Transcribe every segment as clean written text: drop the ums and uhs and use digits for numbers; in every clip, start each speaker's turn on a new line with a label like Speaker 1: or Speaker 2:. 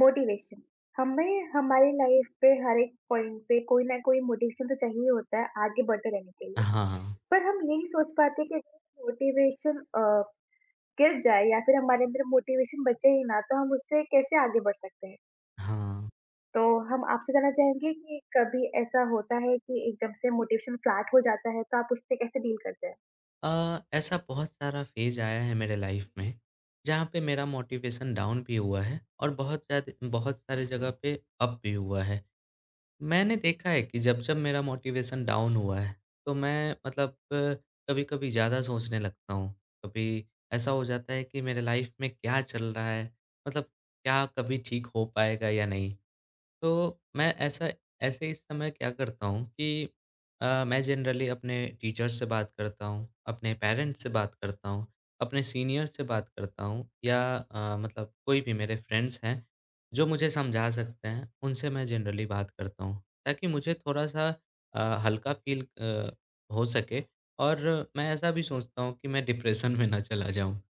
Speaker 1: Motivation हमें हमारी life पे हर एक पॉइंट पे कोई ना कोई मोटिवेशन तो चाहिए होता है आगे बढ़ते रहने के लिए।
Speaker 2: हाँ,
Speaker 1: पर हम ये नहीं सोच पाते कि मोटिवेशन गिर जाए या फिर हमारे अंदर मोटिवेशन बचे ही ना तो हम उससे कैसे आगे बढ़ सकते हैं।
Speaker 2: हाँ।
Speaker 1: तो हम आपसे जानना चाहेंगे कि कभी ऐसा होता है कि एकदम से मोटिवेशन फ्लैट हो जाता है तो आप उससे कैसे डील करते हैं?
Speaker 2: अ, ऐसा बहुत सारा फ़ेज़ आया है मेरे लाइफ़ में, जहाँ पे मेरा मोटिवेशन डाउन भी हुआ है और बहुत ज़्यादा बहुत सारी जगह पे अप भी हुआ है। मैंने देखा है कि जब-जब मेरा मोटिवेशन डाउन हुआ है, तो मैं कभी-कभी ज़्यादा सोचने लगता हूँ। कभी ऐसा हो जाता है कि मेरे लाइफ में क्या चल रहा है? मतलब क्या कभी ठीक हो पाएगा या नहीं? तो मैं ऐसा ऐसे इस समय क्या करता हूँ कि मैं जनरली अपने टीचर्स से बात करता हूँ, अपने पेरेंट्स से बात करता हूँ, अपने सीनियर से बात करता हूँ या मतलब कोई भी मेरे फ्रेंड्स हैं, जो मुझे समझा सकते हैं, उनसे मैं जनरली बात करता हूँ, ताकि मुझे थोड़ा-सा हल्का फ़ील हो सके और मैं ऐसा भी सोचता हूँ कि मैं डिप्रेशन में ना चला जाऊँ।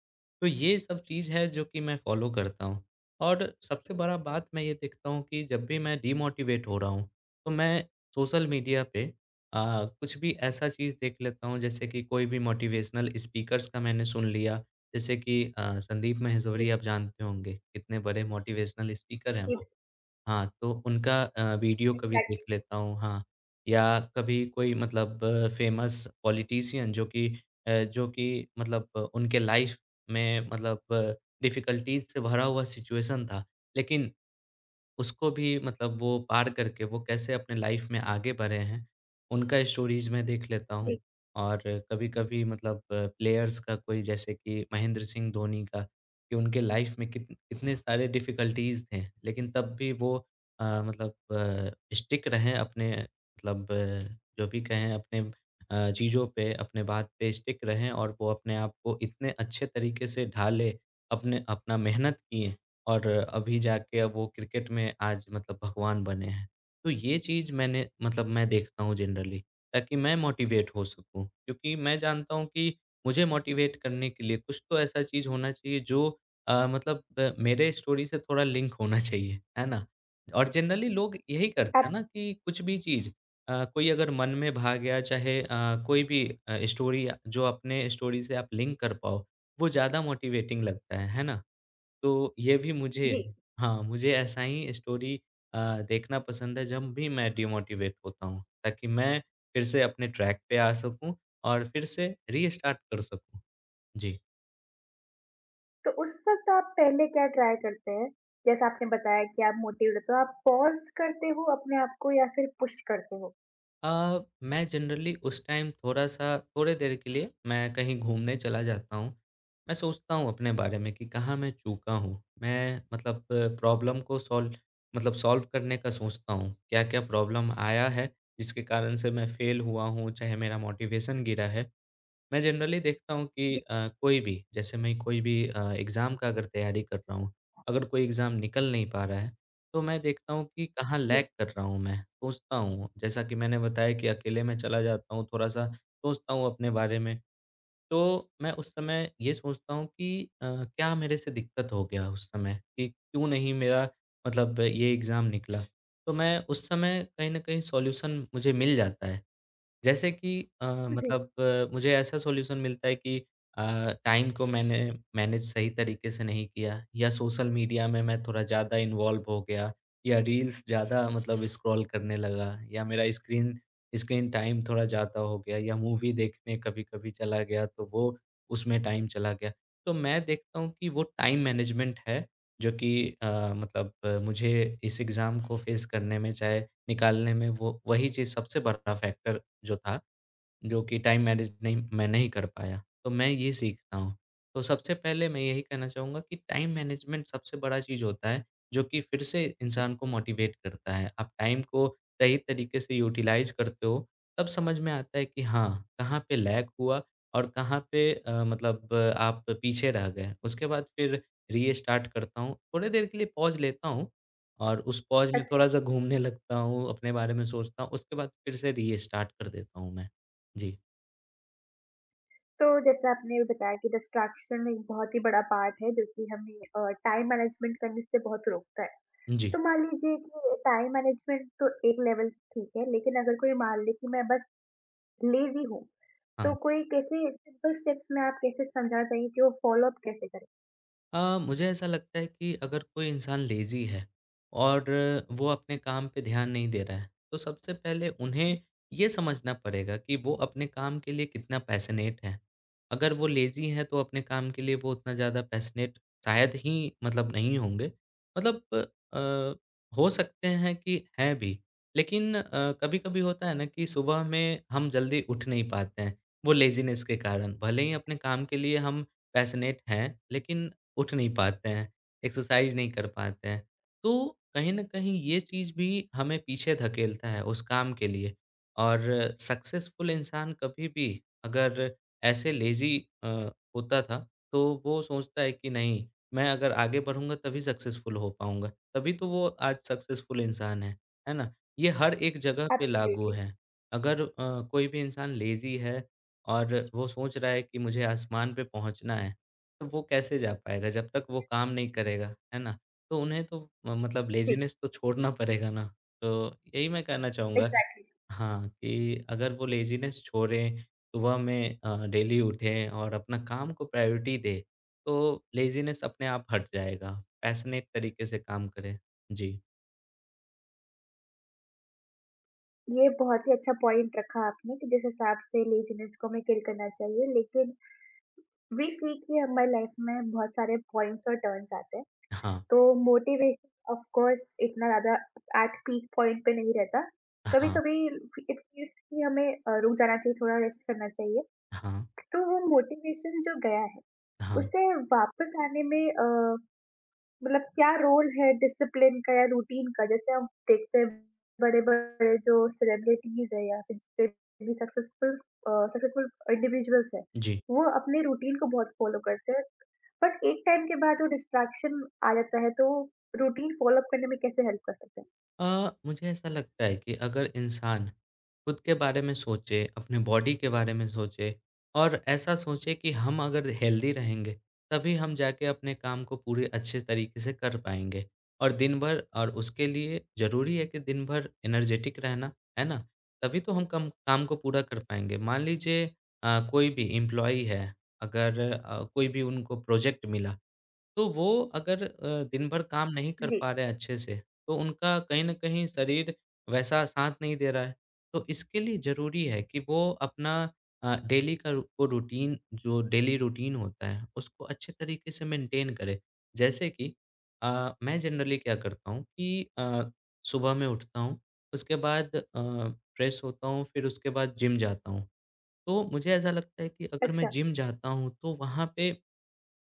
Speaker 2: तो ये सब चीज़ है जो कि मैं फ़ॉलो करता हूँ और सबसे बड़ा बात मैं ये देखता हूँ कि जब भी मैं डिमोटिवेट हो रहा हूँ, तो मैं सोशल मीडिया पे कुछ भी ऐसा चीज़ देख लेता हूँ जैसे कि कोई भी मोटिवेशनल स्पीकर्स का मैंने सुन लिया जैसे कि संदीप
Speaker 1: जी।
Speaker 2: माहेश्वरी आप जानते होंगे, कितने बड़े मोटिवेशनल स्पीकर हैं
Speaker 1: जी।
Speaker 2: वो। हाँ, तो उनका वीडियो कभी देख
Speaker 1: एग्जैक्टली।
Speaker 2: लेता हूँ, हाँ। या कभी कोई मतलब फेमस पॉलिटिशियन जो कि मतलब उनके लाइफ़ में मतलब डिफ़िकल्टीज़ से भरा हुआ सिचुएशन था, लेकिन उसको भी मतलब वो पार करके वो कैसे अपने लाइफ में आगे बढ़े हैं, उनका स्टोरीज़ मैं देख लेता हूँ।
Speaker 1: जी।
Speaker 2: और कभी-कभी मतलब प्लेयर्स का कोई जैसे कि महेंद्र सिंह धोनी का, कि उनके लाइफ में कितने सारे डिफ़िकल्टीज़ थे, लेकिन तब भी वो मतलब स्टिक रहें अपने मतलब जो भी कहें अपने चीज़ों पे, अपने बात पे स्टिक रहें और वो अपने आप को इतने अच्छे तरीके से ढाले, अपने अपना मेहनत किए और अभी जाके अब वो क्रिकेट में आज मतलब भगवान बने हैं। तो ये चीज़ मैं देखता हूँ जनरली ताकि मैं मोटिवेट हो सकूँ। क्योंकि मैं जानता हूँ कि मुझे मोटिवेट करने के लिए कुछ तो ऐसा चीज़ होना चाहिए जो मतलब मेरे स्टोरी से थोड़ा लिंक होना चाहिए, है ना? और जनरली लोग यही करते
Speaker 1: आप
Speaker 2: हैं ना कि कुछ भी चीज़ कोई अगर मन में भा गया चाहे कोई भी स्टोरी जो अपने स्टोरी से आप लिंक कर पाओ, वो ज़्यादा मोटिवेटिंग लगता है ना? तो ये भी मुझे
Speaker 1: जी।
Speaker 2: हाँ, मुझे ऐसा ही स्टोरी अ, देखना पसंद है जब भी मैं डिमोटिवेट होता हूँ, ताकि मैं फिर से अपने ट्रैक पे आ सकूँ और फिर से रीस्टार्ट कर सकूँ। जी।
Speaker 1: तो उस वक़्त आप पहले क्या ट्राई करते हैं? जैसा आपने बताया कि आप मोटिवेट हो, तो आप पॉज़ करते हो अपने आप को या फिर पुश करते हो?
Speaker 2: अ, मैं जनरली उस टाइम थोड़ा-सा थोड़ी देर के लिए मैं कहीं घूमने चला जाता हूँ। मैं सोचता हूँ अपने बारे में कि कहाँ मैं चूका हूँ। मैं मतलब प्रॉब्लम को सॉल्व करने का सोचता हूँ। क्या-क्या प्रॉब्लम आया है जिसके कारण से मैं फ़ेल हुआ हूँ, चाहे मेरा मोटिवेशन गिरा है। मैं जनरली देखता हूँ कि
Speaker 1: जी,
Speaker 2: कोई भी जैसे मैं कोई भी अ, एग्ज़ाम का अगर तैयारी कर रहा हूँ, अगर कोई एग्ज़ाम निकल नहीं पा रहा है, तो मैं देखता हूँ कि कहाँ लैग
Speaker 1: जी,
Speaker 2: कर रहा हूँ मैं, सोचता हूँ। जैसा कि मैंने बताया कि अकेले में चला जाता हूँ, थोड़ा-सा सोचता हूँ अपने बारे में। तो मैं उस समय ये सोचता हूँ कि क्या मेरे से दिक्कत हो गया उस समय कि क्यों नहीं मेरा ये एग्ज़ाम निकला? तो मैं उस समय कहीं न कहीं सॉल्यूशन मुझे मिल जाता है। जैसे कि
Speaker 1: जी,
Speaker 2: मतलब मुझे ऐसा सॉल्यूशन मिलता है कि अ, टाइम को मैंने मैनेज सही तरीके से नहीं किया या सोशल मीडिया में मैं थोड़ा ज़्यादा इन्वॉल्व हो गया या रील्स ज़्यादा मतलब स्क्रॉल करने लगा या मेरा स्क्रीन स्क्रीन टाइम थोड़ा ज़्यादा हो गया या मूवी देखने कभी-कभी चला गया तो वो उसमें टाइम चला गया। तो मैं देखता हूँ कि वो टाइम मैनेजमेंट है जो कि मतलब मुझे इस एग्ज़ाम को फेस करने में चाहे निकालने में वो वही चीज़ सबसे बड़ा फैक्टर ジョーた。जो कि टाइम मैनेज मैं नहीं कर पाया, तो मैं ये सीखता हूँ। तो सबसे पहले मैं यही कहना चाहूँगा कि टाइम मैनेजमेंट सबसे बड़ा चीज़ होता है, जो कि फिर से इंसान को मोटिवेट करता है। आप टाइम को सही तरीके से यूटिलाइज़ करते हो, तब समझ में आता है कि हाँ, कहाँ पे लैग हुआ और कहाँ पे मतलब आप पीछे रह गए। उसके बाद फिर रीस्टार्ट करता हूँ, थोड़ी देर के लिए पॉज़ लेता हूँ और उस पॉज़ में
Speaker 1: अच्छा।
Speaker 2: थोड़ा-सा घूमने लगता हूँ, अपने बारे में सोचता हूँ, उसके बाद फिर से रीस्टार्ट कर देता हूँ मैं। जी,
Speaker 1: तो जैसे आपने ये बताया कि डिस्ट्रैक्शन एक बहुत ही बड़ा पार्ट है जो कि हमें टाइम मैनेजमेंट करने से बहुत रोकता है।
Speaker 2: जी।
Speaker 1: तो मान लीजिए कि टाइम मैनेजमेंट तो एक लेवल ठीक है, लेकिन अगर कोई मान ले कि मैं बस लेज़ी हूँ,
Speaker 2: हाँ,
Speaker 1: तो कोई कैसे सिंपल स्टेप्स में आप कैसे समझा देंगे कि वो फ़ॉलो अप कैसे करें?
Speaker 2: मुझे ऐसा लगता है कि अगर कोई इंसान लेज़ी है और वो अपने काम पे ध्यान नहीं दे रहा है, तो सबसे पहले उन्हें ये समझना पड़ेगा कि वो अपने काम के लिए कितना पैशनेट है। अगर वो लेज़ी हैं तो अपने काम के लिए वो उतना ज़्यादा पैशनेट शायद ही मतलब नहीं होंगे। मतलब अ, हो सकते हैं कि हैं भी, लेकिन कभी-कभी होता है ना कि सुबह में हम जल्दी उठ नहीं पाते हैं, वो लेज़ीनेस के कारण। भले ही अपने काम के लिए हम पैशनेट हैं, लेकिन उठ नहीं पाते हैं, एक्सरसाइज़ नहीं कर पाते हैं। तो कहीं न कहीं ये चीज़ भी हमें पीछे धकेलता है उस काम के लिए और सक्सेसफुल इंसान कभी भी अगर ऐसे लेज़ी अ, होता था तो वो सोचता है कि नहीं, मैं अगर आगे बढ़ूँगा तभी सक्सेसफुल हो पाऊँगा, तभी तो वो आज सक्सेसफुल इंसान है ना? ये हर एक जगह पे लागू
Speaker 1: एब्सोल्युटली,
Speaker 2: है। अगर कोई भी इंसान लेज़ी है और वो सोच रहा है कि मुझे आसमान पे पहुँचना है, तो वो कैसे जा पाएगा जब तक वो काम नहीं करेगा, है ना? तो उन्हें तो म मतलब
Speaker 1: जी,
Speaker 2: लेज़ीनेस तो छोड़ना पड़ेगा ना। तो यही मैं कहना चाहूँगा कि
Speaker 1: एग्ज़ैक्टली।
Speaker 2: हाँ, कि अगर वो लेज़ीनेस छोड़ें, सुबह में डेली उठें और अपना काम को प्रायोरिटी दें, तो लेज़ीनेस अपने आप हट जाएगा। पैशनेट तरीके से काम करें। जी।
Speaker 1: ये बहुत ही अच्छा पॉइंट रखा आपने कि जिस हिसाब से लेज़ीनेस को हमें किल करना चाहिए, लेकिन वी सी कि हमारी लाइफ में बहुत सारे पॉइंट्स और टर्न्स आते हैं।
Speaker 2: हाँ,
Speaker 1: तो मोटिवेशन ऑफ कोर्स इतना ज़्यादा एट पीक पॉइंट पे नहीं रहता।
Speaker 2: हाँ,
Speaker 1: कभी-कभी इट फील्स कि हमें रुक जाना चाहिए, थोड़ा रेस्ट करना चाहिए।
Speaker 2: हाँ,
Speaker 1: तो वो मोटिवेशन जो गया है,
Speaker 2: हाँ।
Speaker 1: उसे वापस आने में मतलब क्या रोल है डिसिप्लिन का या रूटीन का? जैसे हम देखते हैं बड़े-बड़े जो सेलिब्रिटीज़ हैं या फिर जितने भी सक्सेसफुल इंडिविजुअल्स हैं,
Speaker 2: जी।
Speaker 1: वो अपने रूटीन को बहुत फ़ॉलो करते हैं। बट एक टाइम के बाद वो डिस्ट्रैक्शन आ जाता है, तो रूटीन फ़ॉलो अप करने में कैसे हेल्प कर सकते हैं?
Speaker 2: अ, मुझे ऐसा लगता है कि अगर इंसान खुद के बारे में सोचे, अपने बॉडी के बारे में सोचे और ऐसा सोचे कि हम अगर हेल्दी रहेंगे, तभी हम जाके अपने काम को पूरे अच्छे तरीके से कर पाएँगे। और दिन भर और उसके लिए ज़रूरी है कि दिन भर एनर्जेटिक रहना, है ना? तभी तो हम कम काम को पूरा कर पाएँगे। मान लीजिए कोई भी एम्प्लॉयी है, अगर कोई भी उनको प्रोजेक्ट मिला तो वो अगर दिन भर काम नहीं कर
Speaker 1: जी,
Speaker 2: पा रहे हैं अच्छे से, तो उनका कहीं न कहीं शरीर वैसा साथ नहीं दे रहा है। तो इसके लिए ज़रूरी है कि वो अपना वो रूटीन जो डेली रूटीन होता है, उसको अच्छे तरीके से मेंटेन करे। जैसे कि मैं जनरली क्या करता हूँ कि सुबह मैं उठता हूँ, उसके बाद फ्रेश होता हूँ, फिर उसके बाद जिम जाता हूँ। तो मुझे ऐसा लगता है कि अगर मैं
Speaker 1: अच्छा,
Speaker 2: जिम जाता हूँ, तो वहाँ पे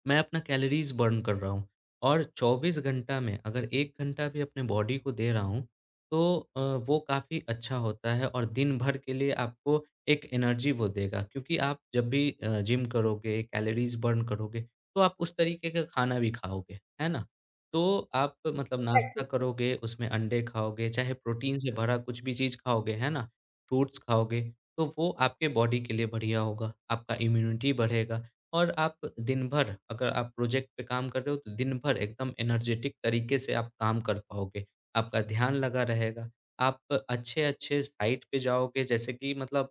Speaker 2: मैं अपना कैलोरीज़ बर्न कर रहा हूँ और 24 घंटा में अगर 1 घंटा भी अपने बॉडी को दे रहा हूँ, तो वो काफ़ी अच्छा होता है और दिन भर के लिए आपको एक एनर्जी वो देगा। क्योंकि आप जब भी जिम करोगे, कैलोरीज़ बर्न करोगे, तो आप उस तरीके का खाना भी खाओगे, है ना? तो आप मतलब नाश्ता
Speaker 1: एग्जैक्टली,
Speaker 2: करोगे, उसमें अंडे खाओगे, चाहे प्रोटीन से भरा कुछ भी चीज़ खाओगे, है ना? फ्रूट्स खाओगे, तो वो आपके बॉडी के लिए बढ़िया होगा, आपका इम्यूनिटी बढ़ेगा। और आप दिन भर अगर आप प्रोजेक्ट पे काम कर रहे हो तो दिन भर एकदम एनर्जेटिक तरीके से आप काम कर पाओगे। आपका ध्यान लगा रहेगा। आप अच्छे-अच्छे साइट पे जाओगे जैसे कि मतलब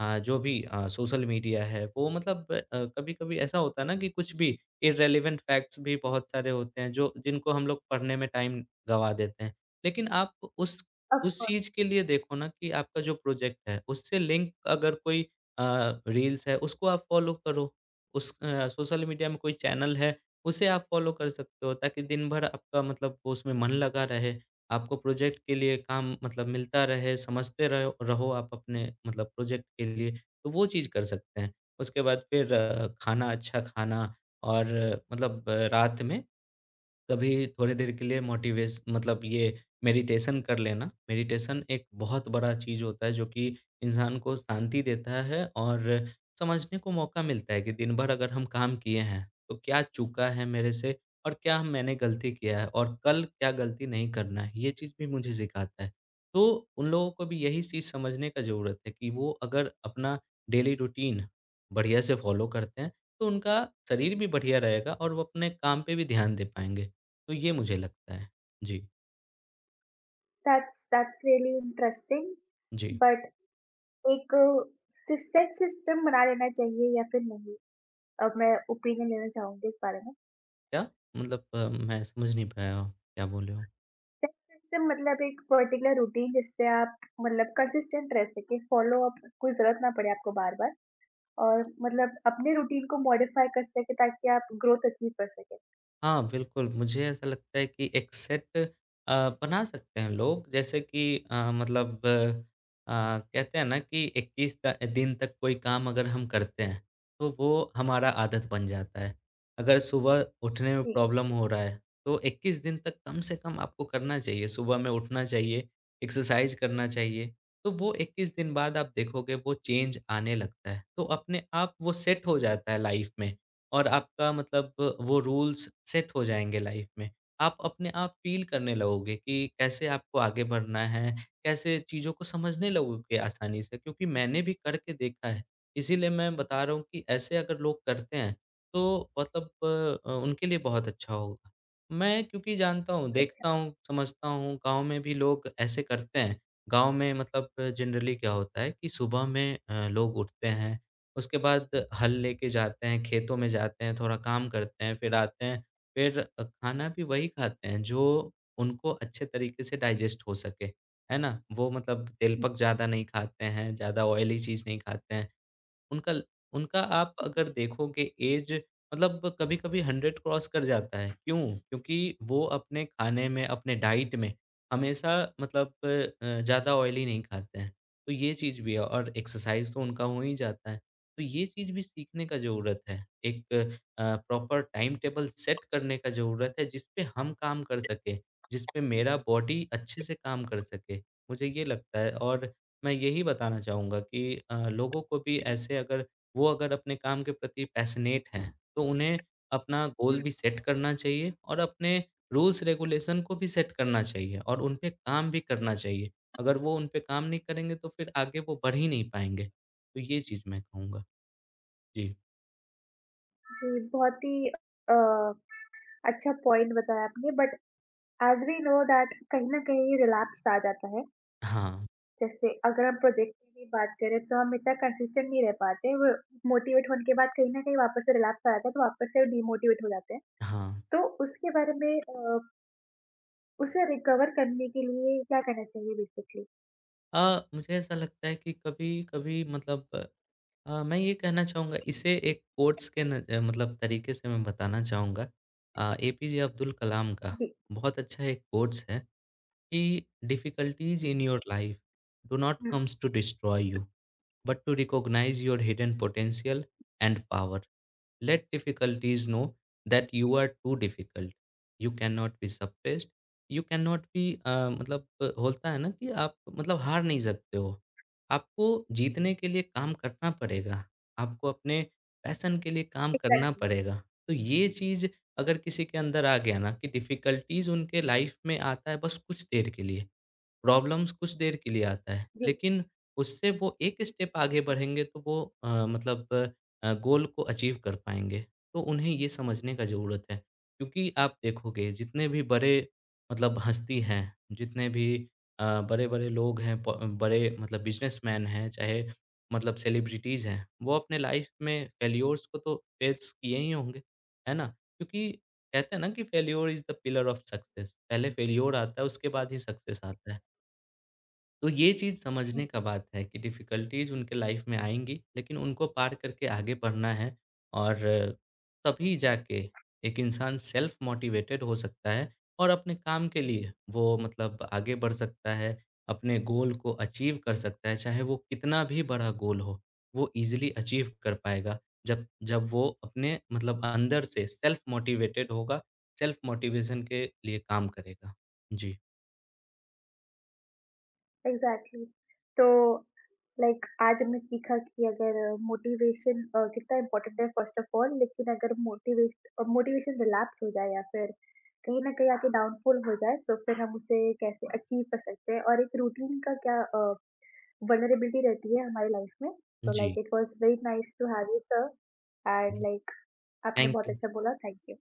Speaker 2: जो भी सोशल मीडिया है वो मतलब कभी-कभी ऐसा होता है ना कि कुछ भी इर्रेलेवेंट फैक्ट्स भी बहुत सारे होते हैं जो जिनको हम लोग पढ़ने में टाइम गँवा देते हैं। लेकिन आप उस
Speaker 1: ऑफ
Speaker 2: उस
Speaker 1: कोर्स,
Speaker 2: चीज़ के लिए देखो ना कि आपका जो प्रोजेक्ट है उससे लिंक अगर कोई अ, रील्स है उसको आप फॉलो करो। उस सोशल मीडिया में कोई चैनल है, उसे आप फ़ॉलो कर सकते हो ताकि दिन भर आपका मतलब वो उसमें मन लगा रहे। आपको प्रोजेक्ट के लिए काम मतलब मिलता रहे, समझते रहे रहो आप अपने मतलब प्रोजेक्ट के लिए, तो वो चीज़ कर सकते हैं। उसके बाद फिर खाना अच्छा खाना और मतलब रात में कभी थोड़ी देर के लिए मोटिवेश मतलब ये मेडिटेशन कर लेना। मेडिटेशन एक बहुत बड़ा चीज़ होता है जो कि इंसान को शांति देता है और समझने को मौका मिलता है कि दिन भर अगर हम काम किए हैं, तो क्या चूका है मेरे से और क्या मैंने गलती किया है और कल क्या गलती नहीं करना है, ये चीज़ भी मुझे सिखाता है। तो उन लोगों को भी यही चीज़ समझने का ज़रूरत है कि वो अगर अपना डेली रूटीन बढ़िया से फ़ॉलो करते हैं, तो उनका शरीर भी बढ़िया रहेगा और वो अपने काम पे भी ध्यान दे पाएँगे। तो ये मुझे लगता है। जी,
Speaker 1: दैट्स दैट्स रियली इंटरेस्टिंग।
Speaker 2: जी।
Speaker 1: बट एक सि सेट सिस्टम बना लेना चाहिए या फिर नहीं? अब मैं ओपिनियन लेना चाहूँगी इस बारे में।
Speaker 2: क्या? मतलब मैं समझ नहीं पाया, आप क्या बोले हो?
Speaker 1: सिस्टम मतलब एक पर्टिकुलर रूटीन जिससे आप मतलब कंसिस्टेंट रह सके फॉलो अप कोई ज़रूरत ना पड़े आपको बार-बार और मतलब अपने रूटीन को मॉडिफाई कर सके ताकि आप ग्रोथ अचीव कर सकें।
Speaker 2: हाँ, बिल्कुल, मुझे ऐसा लगता है कि एक सेट बना सकते हैं लोग जैसे कि मतलब कहते हैं ना कि 21 त दिन तक कोई काम अगर हम करते हैं, तो वो हमारा आदत बन जाता है। अगर सुबह उठने में
Speaker 1: जी।
Speaker 2: प्रॉब्लम हो रहा है, तो 21 दिन तक कम से कम आपको करना चाहिए, सुबह में उठना चाहिए, एक्सरसाइज़ करना चाहिए, तो वो 21 दिन बाद आप देखोगे वो चेंज आने लगता है। तो अपने आप वो सेट हो जाता है लाइफ़ में और आपका मतलब वो रूल्स सेट हो जाएँगे लाइफ में। आप अपने आप फ़ील करने लगोगे कि कैसे आपको आगे बढ़ना है, कैसे चीज़ों को समझने लगोगे आसानी से क्योंकि मैंने भी करके देखा है। इसीलिए मैं बता रहा हूँ कि ऐसे अगर लोग करते हैं, तो मतलब उनके लिए बहुत अच्छा होगा। मैं क्योंकि जानता हूँ,
Speaker 1: अच्छा।
Speaker 2: देखता हूँ, समझता हूँ, गाँव में भी लोग ऐसे करते हैं। गाँव में मतलब जनरली क्या होता है कि सुबह में लोग उठते हैं उसके बाद हल लेके जाते हैं, खेतों में जाते हैं, थोड़ा काम करते हैं, फिर आते हैं। फिर खाना भी वही खाते हैं जो उनको अच्छे तरीके से डाइजेस्ट हो सके, है ना? वो मतलब तेलपक ज़्यादा नहीं खाते हैं, ज़्यादा ऑयली चीज़ नहीं खाते हैं। उनका ल उनका आप अगर देखोगे ऐज मतलब कभी-कभी 100 क्रॉस कर जाता है। क्यों? क्योंकि वो अपने खाने में, अपने डाइट में हमेशा मतलब ज़्यादा ऑयली नहीं खाते हैं। तो ये चीज़ भी है और एक्सरसाइज़ तो उनका हो ही जाता है। तो ये चीज़ भी सीखने का ज़रूरत है। एक uh, proper time table set करने का ज़रूरत है जिस पे हम काम कर सकें, जिस पे मेरा बॉडी अच्छे से काम कर सके। मुझे ये लगता है और मैं यही बताना चाहूँगा कि लोगों को भी ऐसे अगर वो अगर अपने काम के प्रति पैशनेट हैं, तो उन्हें अपना गोल
Speaker 1: हुँ।
Speaker 2: भी सेट करना चाहिए और अपने रूल्स रेगुलेशन को भी सेट करना चाहिए और उन पे काम भी करना चाहिए। अगर वो उन पे काम नहीं करेंगे तो फिर आगे वो बढ़ ही नहीं पाएँगे। तो ये चीज़ मैं कहूँगा। जी।
Speaker 1: जी, बहुत ही अ, अच्छा पॉइंट बताया आपने। But as we know that कहीं न कहीं रिलैप्स आ जाता है।
Speaker 2: हाँ,
Speaker 1: जैसे अगर हम प्रोजेक्ट की भी बात करें तो हम इतना कंसिस्टेंट नहीं रह पाते। वो मोटिवेट होने के बाद कहीं न कहीं वापस से रिलैप्स आ जाता है तो वापस से डिमोटिवेट हो जाते हैं।
Speaker 2: हाँ।
Speaker 1: तो उसके बारे में उसे रिकवर करने के लिए क्या करना चाहिए बेसिकली?
Speaker 2: मुझे ऐसा लगता है कि कभी-कभी मतलब मैं ये कहना चाहूँगा इसे एक कोट्स के न अ, मतलब तरीके से मैं बताना चाहूँगा। एपीजे अब्दुल कलाम का
Speaker 1: जी।
Speaker 2: बहुत अच्छा एक कोट्स है कि "difficulties in your life do not
Speaker 1: hmm,
Speaker 2: comes to destroy you, but to recognise your hidden potential and power." Let difficulties know that you are too difficult. You cannot be suppressed. You cannot be होता है ना कि आप मतलब हार नहीं सकते हो। आपको जीतने के लिए काम करना पड़ेगा। आपको अपने पैशन के लिए काम करना
Speaker 1: एग्ज़ैक्टली।
Speaker 2: पड़ेगा। तो ये चीज़ अगर किसी के अंदर आ गया ना कि डिफिकल्टीज़ उनके लाइफ़ में आता है बस कुछ देर के लिए। प्रॉब्लम्स कुछ देर के लिए आता है,
Speaker 1: जी,
Speaker 2: लेकिन उससे वो एक स्टेप आगे बढ़ेंगे तो वो गोल को अचीव कर पाएँगे। तो उन्हें ये समझने का ज़रूरत है, क्योंकि आप देखोगे जितने भी बड़े मतलब हस्ती हैं, जितने भी बड़े-बड़े लोग हैं प बड़े मतलब बिज़नेसमैन हैं, चाहे मतलब सेलिब्रिटीज़ हैं, वो अपने लाइफ़ में फेल्योर्स को तो फेस किए ही होंगे, है ना? क्योंकि कहते हैं ना कि failure is the pillar of success पहले फेल्योर आता है, उसके बाद ही सक्सेस आता है। तो ये चीज़ समझने
Speaker 1: हुँ,
Speaker 2: का बात है कि डिफ़िकल्टीज़ उनके लाइफ़ में आएँगी, लेकिन उनको पार करके आगे बढ़ना है और तभी जाके एक इंसान सेल्फ़ मोटिवेटेड हो सकता है और अपने काम के लिए वो मतलब आगे बढ़ सकता है, अपने गोल को अचीव कर सकता है, चाहे वो कितना भी बड़ा गोल हो, वो ईज़िली अचीव कर पाएगा। जब जब वो अपने मतलब अंदर से सेल्फ़ मोटिवेटेड होगा, सेल्फ़ मोटिवेशन के लिए काम करेगा। जी,
Speaker 1: एग्ज़ैक्टली। तो लाइक आज हमने सीखा कि अगर कितना इम्पोर्टेंट है फर्स्ट ऑफ ऑल, लेकिन अगर मोटिवेशन रिलैप्स हो जाए या फिर कहीं न कहीं आके डाउनफ़ॉल हो जाए तो फिर हम उसे कैसे अचीव कर सकते हैं और एक रूटीन का क्या वल्नरेबिलिटी रहती है हमारी लाइफ़ में। तो
Speaker 2: जी।
Speaker 1: Like it was very nice to have you sir and
Speaker 2: hmm,
Speaker 1: like आपने
Speaker 2: थैंक
Speaker 1: बहुत
Speaker 2: यू।
Speaker 1: अच्छा बोला, थैंक यू।